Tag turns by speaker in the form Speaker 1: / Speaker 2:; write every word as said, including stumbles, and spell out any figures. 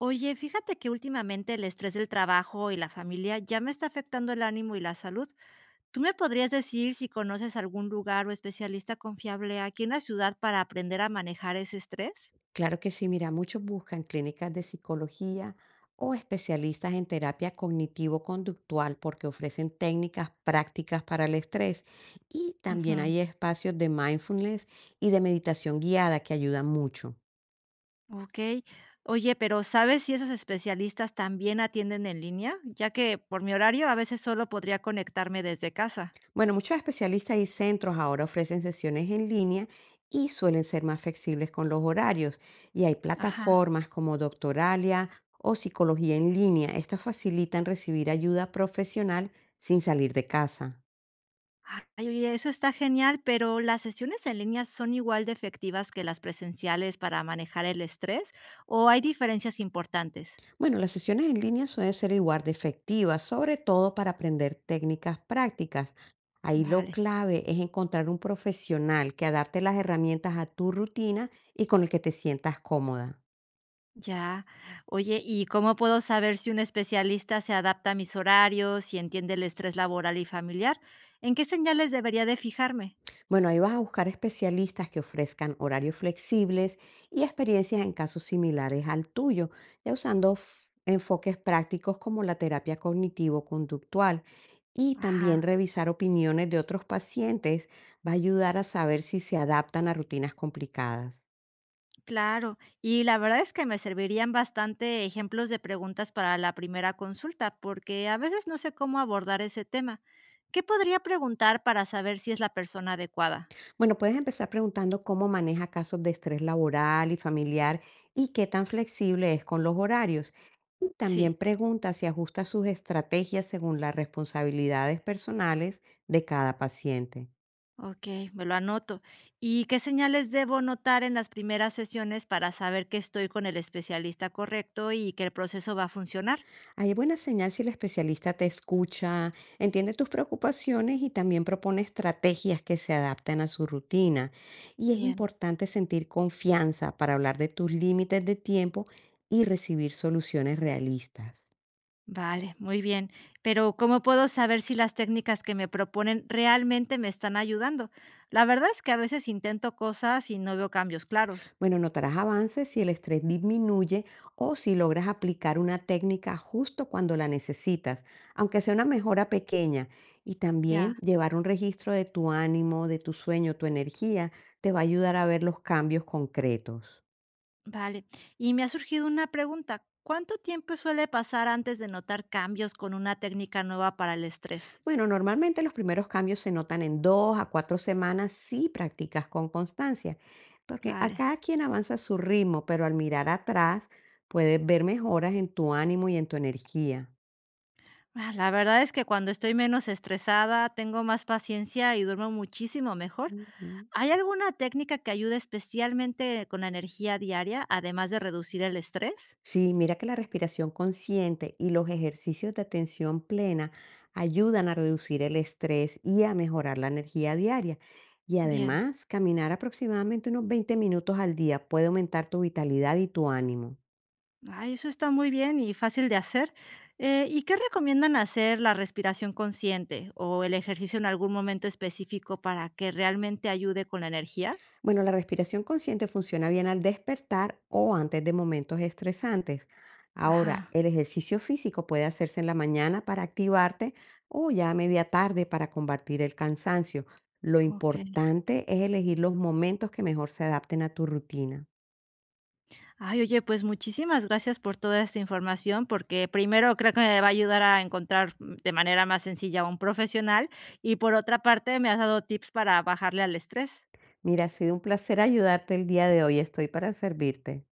Speaker 1: Oye, fíjate que últimamente el estrés del trabajo y la familia ya me está afectando el ánimo y la salud. ¿Tú me podrías decir si conoces algún lugar o especialista confiable aquí en la ciudad para aprender a manejar ese estrés?
Speaker 2: Claro que sí, mira, muchos buscan clínicas de psicología o especialistas en terapia cognitivo-conductual porque ofrecen técnicas prácticas para el estrés, y
Speaker 1: Ujú.
Speaker 2: también hay espacios de mindfulness y de meditación guiada que ayudan mucho.
Speaker 1: Ok. Oye, pero ¿sabes si esos especialistas también atienden en línea? Ya que por mi horario a veces solo podría conectarme desde casa.
Speaker 2: Bueno, muchos especialistas y centros ahora ofrecen sesiones en línea y suelen ser más flexibles con los horarios, y hay
Speaker 1: Ajá.
Speaker 2: plataformas como Doctoralia o Psicología en línea. Estas facilitan recibir ayuda profesional sin salir de casa.
Speaker 1: Ay, oye, eso está genial, pero ¿las sesiones en línea son igual de efectivas que las presenciales para manejar el estrés o hay diferencias importantes?
Speaker 2: Bueno, las sesiones en línea suelen ser igual de efectivas, sobre todo para aprender técnicas prácticas. Ahí lo
Speaker 1: Vale,
Speaker 2: clave es encontrar un profesional que adapte las herramientas a tu rutina y con el que te sientas cómoda.
Speaker 1: ya. Oye, ¿y cómo puedo saber si un especialista se adapta a mis horarios y entiende el estrés laboral y familiar? ¿En qué señales debería de fijarme?
Speaker 2: Bueno, ahí vas a buscar especialistas que ofrezcan horarios flexibles y experiencias en casos similares al tuyo, ya usando f- enfoques prácticos como la terapia cognitivo-conductual. Y
Speaker 1: Ajá.
Speaker 2: también revisar opiniones de otros pacientes va a ayudar a saber si se adaptan a rutinas complicadas.
Speaker 1: Claro, y la verdad es que me servirían bastante ejemplos de preguntas para la primera consulta, porque a veces no sé cómo abordar ese tema. ¿Qué podría preguntar para saber si es la persona adecuada?
Speaker 2: Bueno, puedes empezar preguntando cómo maneja casos de estrés laboral y familiar y qué tan flexible es con los horarios. Y también
Speaker 1: Sí,
Speaker 2: pregunta si ajusta sus estrategias según las responsabilidades personales de cada paciente.
Speaker 1: ok, me lo anoto. ¿Y qué señales debo notar en las primeras sesiones para saber que estoy con el especialista correcto y que el proceso va a funcionar?
Speaker 2: Hay buena señal si el especialista te escucha, entiende tus preocupaciones y también propone estrategias que se adapten a su rutina. Y es
Speaker 1: Bien.
Speaker 2: importante sentir confianza para hablar de tus límites de tiempo y recibir soluciones realistas.
Speaker 1: Vale, muy bien. Pero, ¿cómo puedo saber si las técnicas que me proponen realmente me están ayudando? La verdad es que a veces intento cosas y no veo cambios claros.
Speaker 2: Bueno, notarás avances si el estrés disminuye o si logras aplicar una técnica justo cuando la necesitas, aunque sea una mejora pequeña. Y
Speaker 1: Ya,
Speaker 2: también llevar un registro de tu ánimo, de tu sueño, tu energía, te va a ayudar a ver los cambios concretos.
Speaker 1: vale. Y me ha surgido una pregunta. ¿Cuánto tiempo suele pasar antes de notar cambios con una técnica nueva para el estrés?
Speaker 2: Bueno, normalmente los primeros cambios se notan en dos a cuatro semanas si practicas con constancia, porque a
Speaker 1: Vale.
Speaker 2: cada quien avanza a su ritmo, pero al mirar atrás puedes ver mejoras en tu ánimo y en tu energía.
Speaker 1: Ah, la verdad es que cuando estoy menos estresada, tengo más paciencia y duermo muchísimo mejor.
Speaker 2: Ujú.
Speaker 1: ¿Hay alguna técnica que ayude especialmente con la energía diaria, además de reducir el estrés?
Speaker 2: Sí, mira que la respiración consciente y los ejercicios de atención plena ayudan a reducir el estrés y a mejorar la energía diaria. Y
Speaker 1: Bien.
Speaker 2: además, caminar aproximadamente unos veinte minutos al día puede aumentar tu vitalidad y tu ánimo.
Speaker 1: Ay, eso está muy bien y fácil de hacer. Eh, ¿y qué recomiendan hacer la respiración consciente o el ejercicio en algún momento específico para que realmente ayude con la energía?
Speaker 2: Bueno, la respiración consciente funciona bien al despertar o antes de momentos estresantes. Ahora,
Speaker 1: Ajá.
Speaker 2: el ejercicio físico puede hacerse en la mañana para activarte o ya a media tarde para combatir el cansancio. Lo
Speaker 1: Okey.
Speaker 2: importante es elegir los momentos que mejor se adapten a tu rutina.
Speaker 1: Ay, oye, pues muchísimas gracias por toda esta información, porque primero creo que me va a ayudar a encontrar mm, de manera más sencilla a un profesional y por otra parte me has dado tips para bajarle al estrés.
Speaker 2: Mira, ha sido un placer ayudarte el día de hoy. Estoy para servirte.